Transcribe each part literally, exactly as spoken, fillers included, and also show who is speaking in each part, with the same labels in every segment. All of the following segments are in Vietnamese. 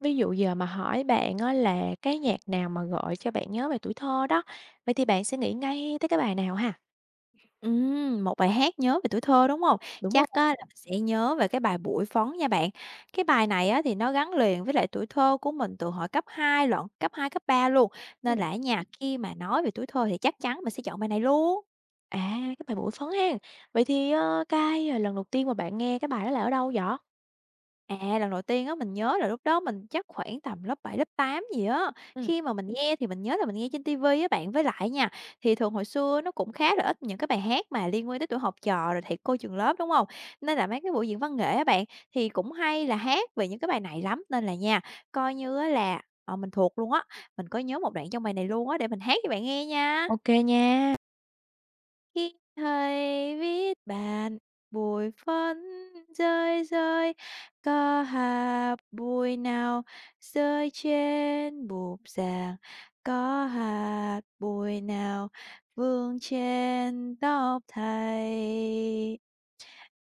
Speaker 1: Ví dụ giờ mà hỏi bạn á là cái nhạc nào mà gợi cho bạn nhớ về tuổi thơ đó, vậy thì bạn sẽ nghĩ ngay tới cái bài nào ha?
Speaker 2: Ừm, một bài hát nhớ về tuổi thơ, đúng không?
Speaker 1: Đúng không?
Speaker 2: Chắc á là mình sẽ nhớ về cái bài "Bụi Phấn" nha bạn. Cái bài này á thì nó gắn liền với lại tuổi thơ của mình từ hồi cấp hai lận, cấp hai cấp ba luôn, nên
Speaker 1: Ừm,
Speaker 2: là á nha, khi mà nói về tuổi thơ thì chắc chắn mình sẽ chọn bài này luôn.
Speaker 1: à, cái bài "Bụi Phấn" hen. Vậy thì, ơ, cái ờ, lần đầu tiên mà bạn nghe cái bài đó là ở đâu vậy?
Speaker 2: À, lần đầu tiên á, mình nhớ là lúc đó mình chắc khoảng tầm lớp bảy lớp tám gì á.
Speaker 1: Ừm.
Speaker 2: Khi mà mình nghe thì mình nhớ là mình nghe trên ti vi á bạn, với lại nha, thì thường hồi xưa nó cũng khá là ít những cái bài hát mà liên quan tới tuổi học trò rồi thầy cô trường lớp, đúng không? Nên là mấy cái buổi diễn văn nghệ á bạn, thì cũng hay là hát về những cái bài này lắm, nên là nha, coi như á là, ờ, mình thuộc luôn á. Mình có nhớ một đoạn trong bài này luôn á, để mình hát cho bạn nghe nha.
Speaker 1: Ô nha.
Speaker 2: Khi thầy viết bàn, bụi phấn rơi rơi, có hạt bụi nào rơi trên bục giảng, có hạt bụi nào vương trên tóc thầy.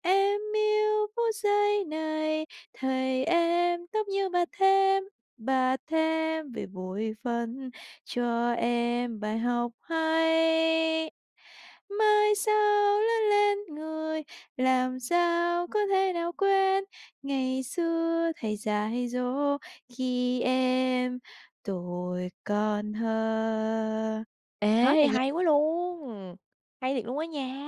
Speaker 2: Em yêu phút giây này, thầy em tóc như bà thêm, bà thêm về bụi phấn cho em bài học hay. Mai sau lớn lên người, làm sao có thể nào quên ngày xưa thầy dạy dỗ khi em tuổi còn thơ. Hết
Speaker 1: Ê,
Speaker 2: rồi
Speaker 1: hay
Speaker 2: nha.
Speaker 1: quá luôn! Hay thiệt luôn á nha!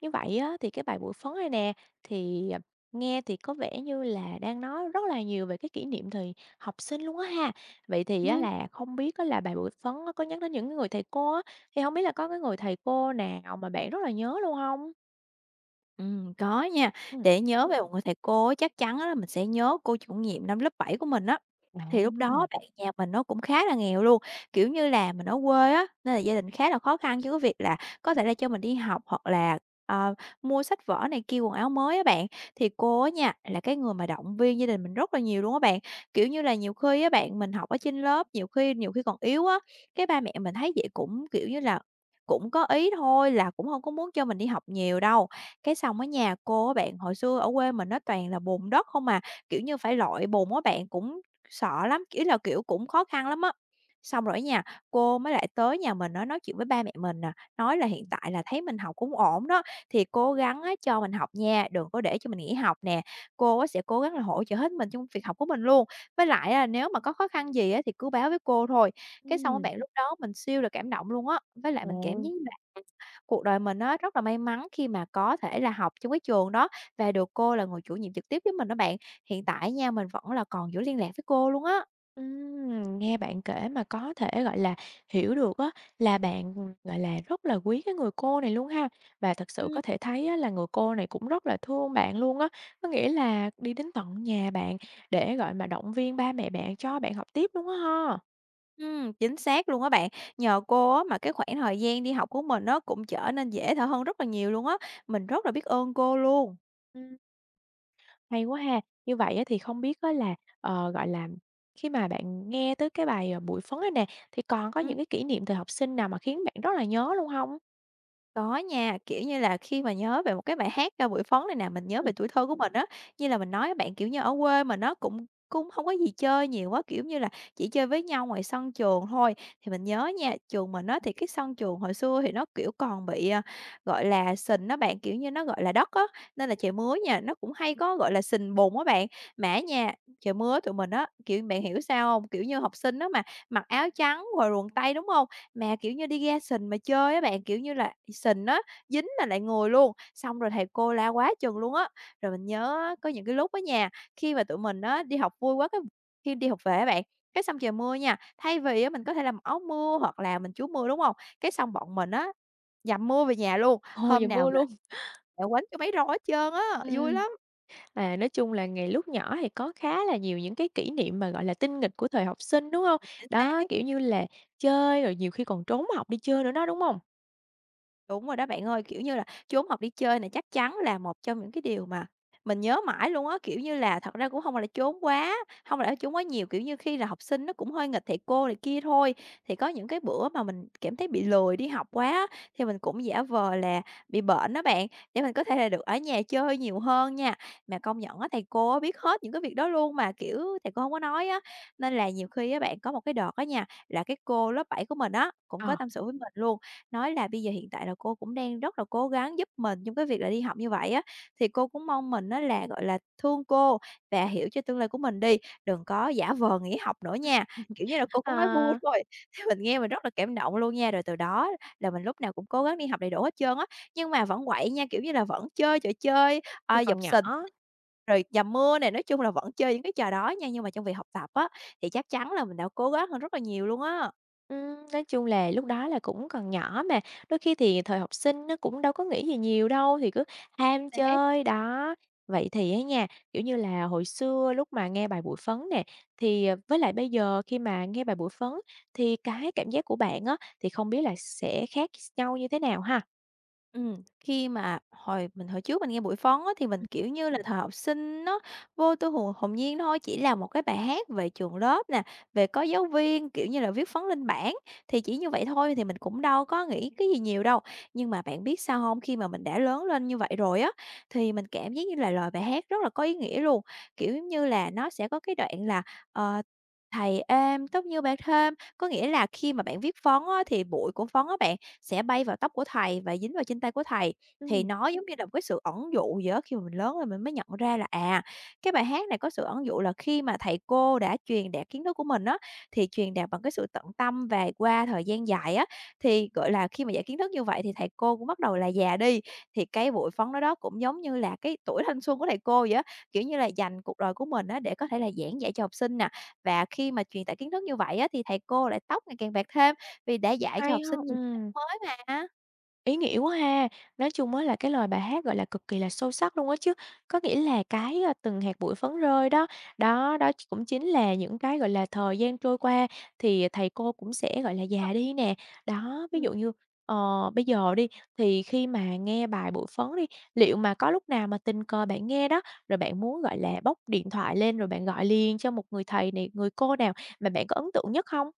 Speaker 1: Như vậy á, thì cái bài Bụi Phấn này nè, thì, à, nghe thì có vẻ như là đang nói rất là nhiều về cái kỷ niệm thời học sinh luôn á ha. Vậy thì á
Speaker 2: Ừm.
Speaker 1: là không biết á là bài Bụi Phấn á có nhắc đến những cái người thầy cô á, thì không biết là có cái người thầy cô nào mà bạn rất là nhớ luôn không?
Speaker 2: Ừm, có nha.
Speaker 1: Ừ.
Speaker 2: Để nhớ về một người thầy cô á, chắc chắn á là mình sẽ nhớ cô chủ nhiệm năm lớp bảy của mình á. Thì lúc đó
Speaker 1: À.
Speaker 2: bạn nhà mình nó cũng khá là nghèo luôn, kiểu như là, mình ở quê á, nên là gia đình khá là khó khăn chứ cái việc là có thể là cho mình đi học hoặc là, ờ, mua sách vở này kia, quần áo mới á bạn. Thì cô á nha, là cái người mà động viên gia đình mình rất là nhiều luôn á bạn. Kiểu như là, nhiều khi á bạn, mình học ở trên lớp, nhiều khi nhiều khi còn yếu á, cái ba mẹ mình thấy vậy cũng, kiểu như là, cũng có ý thôi là cũng không có muốn cho mình đi học nhiều đâu. Cái xong ở nhà cô á bạn, hồi xưa ở quê mình nó toàn là bùn đất không à, kiểu như, phải lội bùn á bạn, cũng sợ lắm, ý là, kiểu, cũng khó khăn lắm á. Xong rồi ở nhà cô mới lại tới nhà mình nói nói chuyện với ba mẹ mình nè, nói là hiện tại là thấy mình học cũng ổn đó, thì cố gắng á cho mình học nha, đừng có để cho mình nghỉ học nè. Cô á sẽ cố gắng là hỗ trợ hết mình trong việc học của mình luôn, với lại là nếu mà có khó khăn gì á thì cứ báo với cô thôi. Cái xong á
Speaker 1: Ừm.
Speaker 2: bạn, lúc đó mình siêu là cảm động luôn á, với lại
Speaker 1: Ờ.
Speaker 2: mình cảm giác như là cuộc đời mình á, rất là may mắn khi mà có thể là học trong cái trường đó và được cô là người chủ nhiệm trực tiếp với mình đó bạn. Hiện tại nha, mình vẫn là còn giữ liên lạc với cô luôn á.
Speaker 1: Ừm, nghe bạn kể mà có thể, gọi là, hiểu được á là bạn, gọi là, rất là quý cái người cô này luôn ha. Và thật sự
Speaker 2: Ừm,
Speaker 1: có thể thấy á là người cô này cũng rất là thương bạn luôn á, có nghĩa là đi đến tận nhà bạn để, gọi, mà động viên ba mẹ bạn cho bạn học tiếp luôn á ha.
Speaker 2: ừm, chính xác luôn á bạn. Nhờ cô á, mà cái khoảng thời gian đi học của mình nó cũng trở nên dễ thở hơn rất là nhiều luôn á. Mình rất là biết ơn cô luôn.
Speaker 1: Ừm, Hay quá ha. Như vậy á thì không biết á là, ờ, gọi là, khi mà bạn nghe tới cái bài, ờ, "Bụi phấn" này nè, thì còn có những cái kỷ niệm thời học sinh nào mà khiến bạn rất là nhớ luôn không?
Speaker 2: Có nha, kiểu như là, khi mà nhớ về một cái bài hát "Ca Bụi Phấn" này nè, mình nhớ
Speaker 1: Ừm,
Speaker 2: về tuổi thơ của mình á. Như là mình nói á bạn, kiểu như, ở quê mà nó cũng cũng không có gì chơi nhiều quá kiểu như là, chỉ chơi với nhau ngoài sân trường thôi. Thì mình nhớ nha, trường mình á, thì cái sân trường hồi xưa thì nó, kiểu, còn bị, à, gọi là, sình á bạn, kiểu như, nó, gọi là, đất á, nên là trời mưa nha, nó cũng hay có, gọi là, sình bùn á bạn. Mà nha, trời mưa tụi mình á, kiểu, bạn hiểu sao không? Kiểu như, học sinh đó mà, mặc áo trắng rồi quần tây, đúng không? Mà, kiểu như, đi ra sình mà chơi á bạn, kiểu như là, sình á, dính là lại ngồi luôn, xong rồi thầy cô la quá chừng luôn á. Rồi mình nhớ á, có những cái lúc á nha, khi mà tụi mình á đi học vui quá cái khi đi học về á bạn, cái xong trời mưa nha, thay vì á mình có thể làm áo mưa hoặc là mình trú mưa, đúng không? Cái xong bọn mình á dầm mưa về nhà luôn,
Speaker 1: Hồ
Speaker 2: hôm
Speaker 1: và
Speaker 2: nào
Speaker 1: mưa
Speaker 2: về
Speaker 1: luôn.
Speaker 2: đã quánh cho mấy roi hết trơn á, vui
Speaker 1: Ừm.
Speaker 2: lắm.
Speaker 1: À, nói chung là ngày lúc nhỏ thì có khá là nhiều những cái kỷ niệm mà, gọi là, tinh nghịch của thời học sinh, đúng không?
Speaker 2: Chính
Speaker 1: Đó,
Speaker 2: xác.
Speaker 1: kiểu như là, chơi rồi nhiều khi còn trốn học đi chơi nữa đó, đúng không?
Speaker 2: Đúng rồi đó bạn ơi, kiểu như là, trốn học đi chơi này chắc chắn là một trong những cái điều mà mình nhớ mãi luôn á, kiểu như là, thật ra cũng không phải là trốn quá không phải là trốn quá nhiều, kiểu như, khi là học sinh nó cũng hơi nghịch thầy cô này kia thôi. Thì có những cái bữa mà mình cảm thấy bị lười đi học quá á, thì mình cũng giả vờ là bị bệnh đó bạn, để mình có thể là được ở nhà chơi nhiều hơn nha. Mà công nhận á, thầy cô á biết hết những cái việc đó luôn mà, kiểu, thầy cô không có nói á, nên là nhiều khi á bạn, có một cái đợt á nha, là cái cô lớp bảy của mình á, cũng
Speaker 1: Ờ,
Speaker 2: có tâm sự với mình luôn. Nói là bây giờ hiện tại là cô cũng đang rất là cố gắng giúp mình trong cái việc là đi học như vậy á, thì cô cũng mong mình á là, gọi là, thương cô và hiểu cho tương lai của mình đi, đừng có giả vờ nghỉ học nữa nha. Kiểu như là, cô cũng nói vui
Speaker 1: à,
Speaker 2: thôi, thì mình nghe mình rất là cảm động luôn nha, rồi từ đó là mình lúc nào cũng cố gắng đi học đầy đủ hết trơn á, nhưng mà vẫn quậy nha, kiểu như là, vẫn chơi trò chơi,
Speaker 1: thì
Speaker 2: ờ,
Speaker 1: còn
Speaker 2: dọc
Speaker 1: nhỏ.
Speaker 2: sình, rồi dầm mưa này, nói chung là vẫn chơi những cái trò đó nha. Nhưng mà trong việc học tập á, thì chắc chắn là mình đã cố gắng hơn rất là nhiều luôn á.
Speaker 1: Ừm, nói chung là lúc đó là cũng còn nhỏ mà, đôi khi thì thời học sinh nó cũng đâu có nghĩ gì nhiều đâu, thì cứ ham chơi, đó. Vậy thì á nha, kiểu như là, hồi xưa lúc mà nghe bài Bụi Phấn nè, thì, ờ, với lại bây giờ khi mà nghe bài Bụi Phấn thì cái cảm giác của bạn á, thì không biết là sẽ khác nhau như thế nào ha?
Speaker 2: Ừm, khi mà hồi mình hồi trước mình nghe buổi phóng á, thì mình,
Speaker 1: Ừm.
Speaker 2: kiểu như là, thời học sinh nó vô tư hồn hồn nhiên thôi, chỉ là một cái bài hát về trường lớp nè, về có giáo viên, kiểu như là, viết phóng lên bảng, thì chỉ như vậy thôi thì mình cũng đâu có nghĩ cái gì nhiều đâu. Nhưng mà bạn biết sao không? Khi mà mình đã lớn lên như vậy rồi á, thì mình cảm giác như là lời bài hát rất là có ý nghĩa luôn, kiểu như là, nó sẽ có cái đoạn là, ờ, "Thầy êm, tốt như bay thêm", có nghĩa là khi mà bạn viết phóng á, thì bụi của phóng á bạn, sẽ bay vào tóc của thầy và dính vào trên tay của thầy. Thì nó giống như là một cái sự ẩn dụ gì đó khi mà mình lớn rồi mình mới nhận ra là, à, cái bài hát này có sự ẩn dụ là khi mà thầy cô đã truyền đạt kiến thức của mình á, thì truyền đạt bằng cái sự tận tâm và qua thời gian dài á, thì, gọi là, khi mà dạy kiến thức như vậy thì thầy cô cũng bắt đầu là già đi, thì cái bụi phấn đó đó cũng giống như là cái tuổi thanh xuân của thầy cô vậy á, kiểu như là, dành cuộc đời của mình á để có thể là giảng dạy cho học sinh nè. Và khi mà truyền tải kiến thức như vậy á thì thầy cô lại tóc ngày càng bạc thêm vì đã dạy cho
Speaker 1: Hay
Speaker 2: học
Speaker 1: ha!
Speaker 2: sinh nhiều
Speaker 1: Ừm.
Speaker 2: mới mà,
Speaker 1: Ý nghĩa quá ha! Nói chung á là cái lời bài hát, gọi là, cực kỳ là sâu sắc luôn á chứ, có nghĩa là cái, a, "Từng hạt bụi phấn rơi" đó, đó, đó ch cũng chính là những cái, gọi là, thời gian trôi qua thì thầy cô cũng sẽ, gọi là,
Speaker 2: đúng hông?
Speaker 1: già đi nè. Đó, ví
Speaker 2: Ừm,
Speaker 1: dụ như, ờ, bây giờ đi, thì khi mà nghe bài "Bụi Phấn" đi, liệu mà có lúc nào mà tình cờ bạn nghe đó, rồi bạn muốn, gọi là, bốc điện thoại lên rồi bạn gọi liền cho một người thầy này, người cô nào mà bạn có ấn tượng nhất không?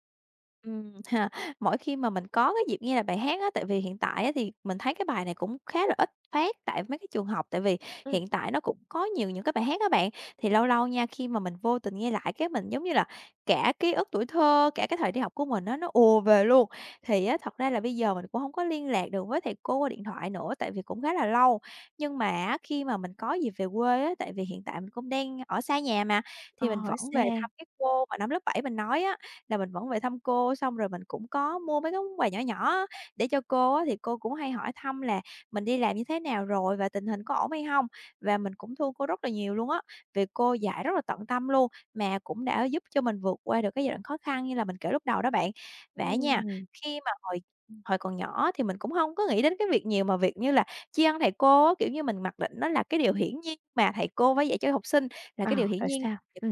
Speaker 2: Ừm, ha, mỗi khi mà mình có cái dịp nghe lại bài hát á, tại vì hiện tại á thì mình thấy cái bài này cũng khá là ít phát tại mấy cái trường học, tại vì
Speaker 1: Ừ,
Speaker 2: hiện tại nó cũng có nhiều những cái bài hát các bạn. Thì lâu lâu nha, khi mà mình vô tình nghe lại cái mình giống như là cả ký ức tuổi thơ, cả cái thời đi học của mình á, nó ùa về luôn. Thì á, thật ra là bây giờ mình cũng không có liên lạc được với thầy cô qua điện thoại nữa, tại vì cũng khá là lâu. Nhưng mà á, khi mà mình có dịp về quê á, tại vì hiện tại mình cũng đang ở xa nhà mà,
Speaker 1: ờ,
Speaker 2: thì mình
Speaker 1: ở
Speaker 2: vẫn
Speaker 1: xa.
Speaker 2: về thăm cái cô mà năm lớp bảy mình nói á là mình vẫn về thăm cô, xong rồi mình cũng có mua mấy cái món quà nhỏ nhỏ á, để cho cô á, thì cô cũng hay hỏi thăm là mình đi làm như thế nào rồi và tình hình có ổn hay không. Và mình cũng thương cô rất là nhiều luôn á, vì cô dạy rất là tận tâm luôn, mà cũng đã giúp cho mình vượt qua được cái giai đoạn khó khăn như là mình kể lúc đầu đó bạn. Và nha,
Speaker 1: Ừm,
Speaker 2: khi mà hồi hồi còn nhỏ thì mình cũng không có nghĩ đến cái việc nhiều mà việc như là tri ân thầy cô á, kiểu như, mình mặc định nó là cái điều hiển nhiên mà thầy cô phải dạy cho học sinh, là
Speaker 1: ờ,
Speaker 2: cái điều hiển
Speaker 1: rồi
Speaker 2: nhiên
Speaker 1: sao? Ừ.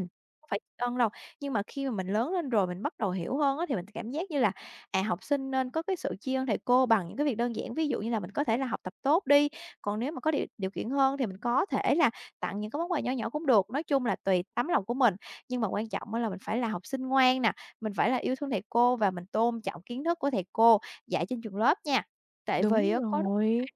Speaker 2: phải tri ân đâu. Nhưng mà khi mà mình lớn lên rồi mình bắt đầu hiểu hơn á, thì mình cảm giác như là, à, học sinh nên có cái sự tri ân thầy cô bằng những cái việc đơn giản. Ví dụ như là mình có thể là học tập tốt đi, còn nếu mà có điều điều kiện hơn thì mình có thể là tặng những cái món quà nhỏ nhỏ cũng được. Nói chung là tùy tấm lòng của mình, nhưng mà quan trọng á là mình phải là học sinh ngoan nè, mình phải là yêu thương thầy cô và mình tôn trọng kiến thức của thầy cô dạy trên trường lớp nha. Tại vì
Speaker 1: Đúng
Speaker 2: á có
Speaker 1: rồi,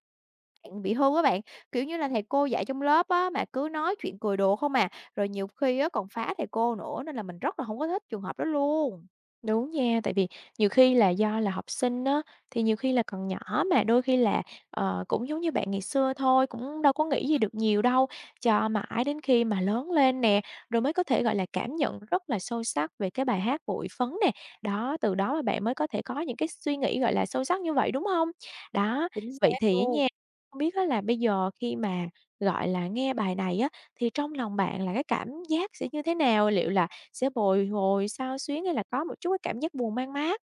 Speaker 2: bạn bị hư á bạn, kiểu như là, thầy cô dạy trong lớp á, mà cứ nói chuyện cười đùa không à, rồi nhiều khi á còn phá thầy cô nữa nên là mình rất là không có thích trường hợp đó luôn.
Speaker 1: đúng nha, tại vì nhiều khi là do là học sinh á, thì nhiều khi là còn nhỏ mà đôi khi là, ờ, cũng giống như bạn ngày xưa thôi, cũng đâu có nghĩ gì được nhiều đâu, cho mãi đến khi mà lớn lên nè, rồi mới có thể, gọi là, cảm nhận rất là sâu sắc về cái bài hát Bụi Phấn nè. Đó, từ đó mà bạn mới có thể có những cái suy nghĩ, gọi là, sâu sắc như vậy, đúng không? Đó,
Speaker 2: Chính
Speaker 1: vậy
Speaker 2: xác
Speaker 1: thì á
Speaker 2: luôn.
Speaker 1: nha, không biết á là bây giờ khi mà, gọi là, nghe bài này á, thì trong lòng bạn là cái cảm giác sẽ như thế nào? Liệu là sẽ bồi hồi, xao xuyến hay là có một chút cái cảm giác buồn man mác.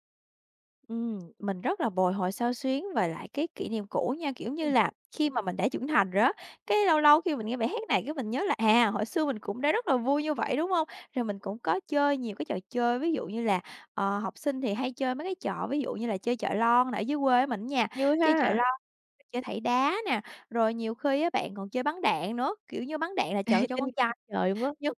Speaker 2: Ừm, mình rất là bồi hồi xao xuyến về lại cái kỷ niệm cũ nha, kiểu như
Speaker 1: Ừm,
Speaker 2: là, khi mà mình đã trưởng thành rồi á, cái lâu lâu khi mình nghe bài hát này cái mình nhớ là, à, hồi xưa mình cũng đã rất là vui như vậy, đúng không? Rồi mình cũng có chơi nhiều cái trò chơi, ví dụ như là, ờ, học sinh thì hay chơi mấy cái trò ví dụ như là chơi chọi lon ở dưới quê mình nha,
Speaker 1: vui
Speaker 2: chơi chọi
Speaker 1: ha,
Speaker 2: lon. Chơi thảy đá nè, rồi nhiều khi á bạn còn chơi bắn đạn nữa, kiểu như, bắn đạn là, trời
Speaker 1: hay
Speaker 2: cho
Speaker 1: tin
Speaker 2: con trai
Speaker 1: trời luôn á.
Speaker 2: nhưng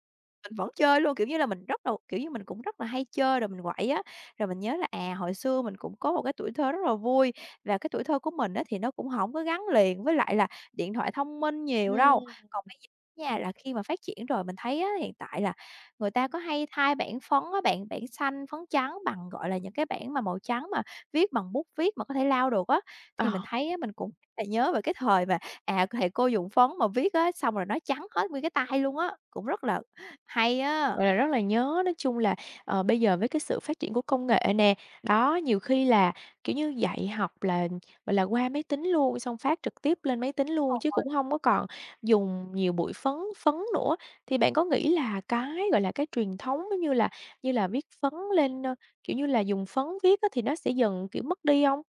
Speaker 2: mình vẫn chơi luôn, kiểu như là, mình rất là kiểu như, mình cũng rất là hay chơi rồi mình quậy á. Rồi mình nhớ là, à, hồi xưa mình cũng có một cái tuổi thơ rất là vui và cái tuổi thơ của mình á thì nó cũng không có gắn liền với lại là điện thoại thông minh nhiều đâu.
Speaker 1: Ừm,
Speaker 2: Còn bây giờ nha là khi mà phát triển rồi mình thấy á, hiện tại là người ta có hay thay bảng phấn á bạn, bảng xanh, phấn trắng bằng, gọi là, những cái bảng mà màu trắng mà viết bằng bút viết mà có thể lau được á.
Speaker 1: ờ,
Speaker 2: Thì mình thấy á, mình cũng rất là nhớ về cái thời mà à, thì cô dùng phấn mà viết á, xong rồi nó trắng hết nguyên cái tay luôn á, cũng rất là hay á.
Speaker 1: vậy là rất là nhớ. Nói chung là, ờ, bây giờ với cái sự phát triển của công nghệ nè, đó, nhiều khi là, kiểu như, dạy học là, gọi là, qua máy tính luôn, xong phát trực tiếp lên máy tính luôn chứ cũng không có còn dùng nhiều bụi phấn, phấn nữa. Thì bạn có nghĩ là cái, gọi là, cái truyền thống giống như là như là viết phấn lên, ơ, kiểu như là, dùng phấn viết á thì nó sẽ dần, kiểu, mất đi không?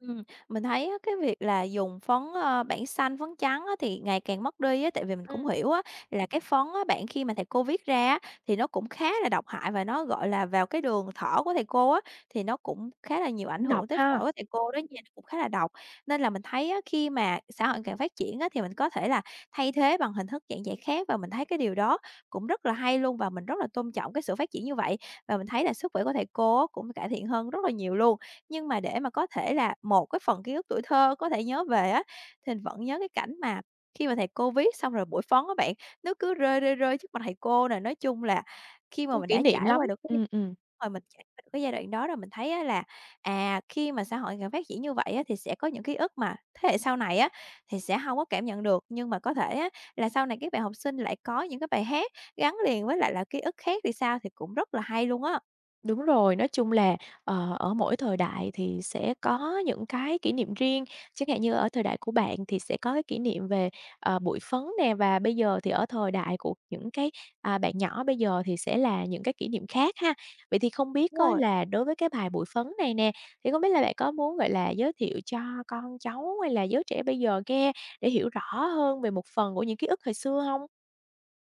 Speaker 2: Ừm, mình thấy á, cái việc là dùng phấn, ơ, bảng xanh, phấn trắng á, thì ngày càng mất đi á, tại vì mình cũng
Speaker 1: Ừm,
Speaker 2: hiểu á, là cái phấn á bạn khi mà thầy cô viết ra á, thì nó cũng khá là độc hại và nó, gọi là, vào cái đường thở của thầy cô á, thì nó cũng khá là nhiều ảnh
Speaker 1: cũng độc
Speaker 2: hưởng tới
Speaker 1: ha.
Speaker 2: phổi của thầy cô đó nha, nó cũng khá là độc. Nên là mình thấy á, khi mà xã hội càng phát triển á, thì mình có thể là thay thế bằng hình thức giảng dạy khác và mình thấy cái điều đó cũng rất là hay luôn và mình rất là tôn trọng cái sự phát triển như vậy. Và mình thấy là sức khỏe của thầy cô á, cũng cải thiện hơn rất là nhiều luôn. Nhưng mà để mà có thể là một cái phần ký ức tuổi thơ có thể nhớ về á, thì mình vẫn nhớ cái cảnh mà khi mà thầy cô viết xong rồi buổi phóng á bạn, nước cứ rơi, rơi, rơi trước mặt thầy cô nè. Nói chung là khi mà
Speaker 1: Cũng
Speaker 2: mình
Speaker 1: kỷ
Speaker 2: đã
Speaker 1: niệm
Speaker 2: trải
Speaker 1: lắm.
Speaker 2: qua được cái gi
Speaker 1: Ừm, ừm,
Speaker 2: rồi mình trải qua được cái giai đoạn đó rồi mình thấy á là, à, khi mà xã hội càng phát triển như vậy á, thì sẽ có những ký ức mà thế hệ sau này á, thì sẽ không có cảm nhận được. Nhưng mà có thể á, là sau này các bạn học sinh lại có những cái bài hát gắn liền với lại là ký ức khác thì sao, thì cũng rất là hay luôn á.
Speaker 1: đúng rồi. Nói chung là, ờ, ở mỗi thời đại thì sẽ có những cái kỷ niệm riêng, chẳng hạn như ở thời đại của bạn thì sẽ có cái kỷ niệm về, ờ, bụi phấn nè, và bây giờ thì
Speaker 2: Ừm,
Speaker 1: ở thời đại của những cái, à, bạn nhỏ bây giờ thì sẽ là những cái kỷ niệm khác ha. Vậy thì không biết
Speaker 2: đúng
Speaker 1: á
Speaker 2: rồi.
Speaker 1: là đối với cái bài Bụi Phấn này nè, thì không biết là bạn có muốn, gọi là, giới thiệu cho con cháu hay là giới trẻ bây giờ nghe để hiểu rõ hơn về một phần của những ký ức hồi xưa không?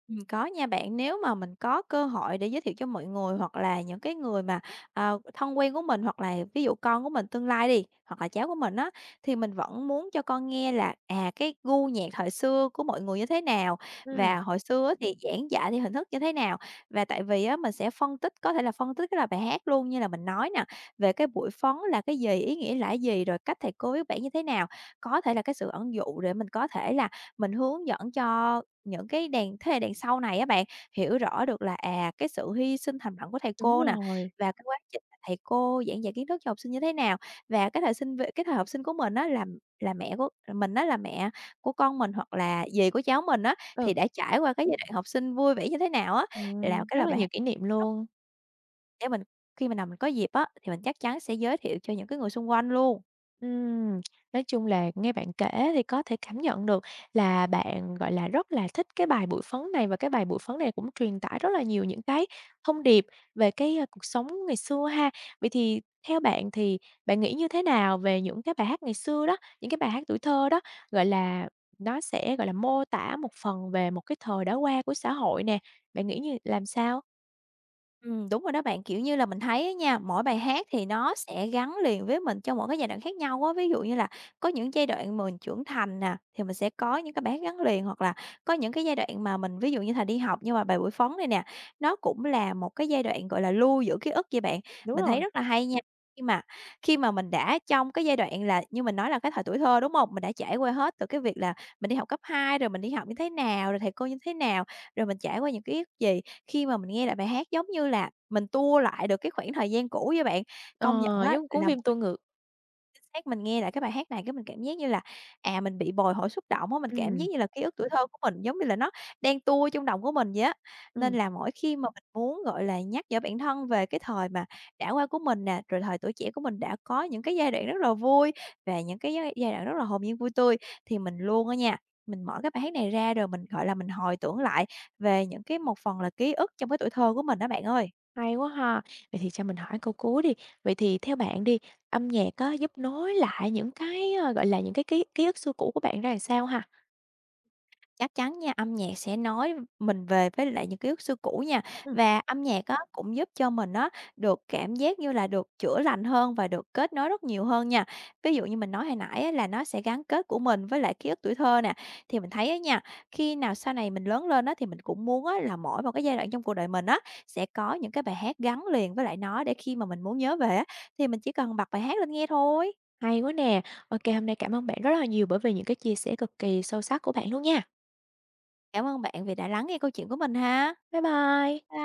Speaker 2: Ừm, có nha bạn. Nếu mà mình có cơ hội để giới thiệu cho mọi người hoặc là những cái người mà, ờ, thân quen của mình, hoặc là ví dụ con của mình tương lai đi, hoặc là cháu của mình á, thì mình vẫn muốn cho con nghe là, à, cái gu nhạc thời xưa của mọi người như thế nào,
Speaker 1: Ừm,
Speaker 2: và hồi xưa á thì giảng dạy theo hình thức như thế nào. Và tại vì á, mình sẽ phân tích, có thể là phân tích cái là bài hát luôn như là mình nói nè, về cái buổi phấn là cái gì, ý nghĩa là gì, rồi cách thầy cô viết bản như thế nào. Có thể là cái sự ẩn dụ để mình có thể là mình hướng dẫn cho những cái đàn thế hệ đằng sau này á bạn, hiểu rõ được là, à, cái sự hy sinh thầm lặng của thầy
Speaker 1: đúng
Speaker 2: cô nè,
Speaker 1: rồi.
Speaker 2: và cái quá trình mà thầy cô giảng dạy kiến thức cho học sinh như thế nào. Và cái thời sinh v cái thời học sinh của mình á là là mẹ của mình á, là mẹ của con mình hoặc là dì của cháu mình á,
Speaker 1: Ừ.
Speaker 2: thì đã trải qua cái giai đoạn học sinh vui vẻ như thế nào á, là
Speaker 1: Ừm,
Speaker 2: cái
Speaker 1: rất
Speaker 2: là
Speaker 1: là
Speaker 2: bài
Speaker 1: nhiều
Speaker 2: học
Speaker 1: kỷ niệm luôn.
Speaker 2: để mình khi mà nào mình có dịp á, thì mình chắc chắn sẽ giới thiệu cho những cái người xung quanh luôn.
Speaker 1: Ừm, nói chung là nghe bạn kể thì có thể cảm nhận được là bạn, gọi là, rất là thích cái bài Bụi Phấn này, và cái bài Bụi Phấn này cũng truyền tải rất là nhiều những cái thông điệp về cái, a, cuộc sống ngày xưa ha. Vậy thì theo bạn thì bạn nghĩ như thế nào về những cái bài hát ngày xưa đó, những cái bài hát tuổi thơ đó, gọi là, nó sẽ, gọi là, mô tả một phần về một cái thời đã qua của xã hội nè, bạn nghĩ như làm sao?
Speaker 2: Ừm, đúng rồi đó bạn, kiểu như là, mình thấy á nha, mỗi bài hát thì nó sẽ gắn liền với mình trong mỗi cái giai đoạn khác nhau á. Ví dụ như là có những giai đoạn mình trưởng thành nè, thì mình sẽ có những cái bài hát gắn liền, hoặc là có những cái giai đoạn mà mình ví dụ như là đi học, nhưng mà bài buổi phóng đây nè, nó cũng là một cái giai đoạn, gọi là, lưu giữ ký ức vậy bạn.
Speaker 1: Đúng
Speaker 2: Mình thấy
Speaker 1: rồi,
Speaker 2: rất là hay nha, khi mà khi mà mình đã trong cái giai đoạn là như mình nói là cái thời tuổi thơ, đúng không? Mình đã trải qua hết từ cái việc là mình đi học cấp hai rồi mình đi học như thế nào, rồi thầy cô như thế nào, rồi mình trải qua những ký ức gì khi mà mình nghe lại bài hát giống như là mình tua lại được cái khoảng thời gian cũ với bạn. Công nhận
Speaker 1: ờ,
Speaker 2: á
Speaker 1: giống cuốn
Speaker 2: là
Speaker 1: phim tua ngược.
Speaker 2: chính xác, mình nghe lại cái bài hát này cái mình cảm giác như là, à, mình bị bồi hồi xúc động á, mình cảm giác
Speaker 1: Ừm,
Speaker 2: như là ký ức tuổi thơ của mình giống như là nó đang tua trong đầu của mình vậy á. Nên
Speaker 1: ừm.
Speaker 2: là mỗi khi mà mình muốn, gọi là, nhắc nhở bản thân về cái thời mà đã qua của mình nè, rồi thời tuổi trẻ của mình đã có những cái giai đoạn rất là vui và những cái giai giai đoạn rất là hồn nhiên vui tươi, thì mình luôn á nha, mình mở cái bài hát này ra rồi mình, gọi là, mình hồi tưởng lại về những cái một phần là ký ức trong cái tuổi thơ của mình đó bạn ơi.
Speaker 1: Hay quá ha. Vậy thì cho mình hỏi câu cuối đi. Vậy thì theo bạn đi, âm nhạc á, giúp nối lại những cái, ờ, gọi là, những cái ký ký ức xưa cũ của bạn ra làm sao ha?
Speaker 2: Chắc chắn nha, âm nhạc sẽ nói mình về với lại những ký ức xưa cũ nha.
Speaker 1: Ừm,
Speaker 2: Và âm nhạc á, cũng giúp cho mình á, được cảm giác như là được chữa lành hơn và được kết nối rất nhiều hơn nha. Ví dụ như mình nói hồi nãy á, là nó sẽ gắn kết của mình với lại ký ức tuổi thơ nè, thì mình thấy á nha, khi nào sau này mình lớn lên á, thì mình cũng muốn á, là mỗi một cái giai đoạn trong cuộc đời mình á, sẽ có những cái bài hát gắn liền với lại nó để khi mà mình muốn nhớ về á, thì mình chỉ cần bật bài hát lên nghe thôi.
Speaker 1: hay quá nè. OK, hôm nay cảm ơn bạn rất là nhiều bởi vì những cái chia sẻ cực kỳ sâu sắc của bạn luôn nha.
Speaker 2: Cảm ơn bạn vì đã lắng nghe câu chuyện của mình ha.
Speaker 1: Bye bye.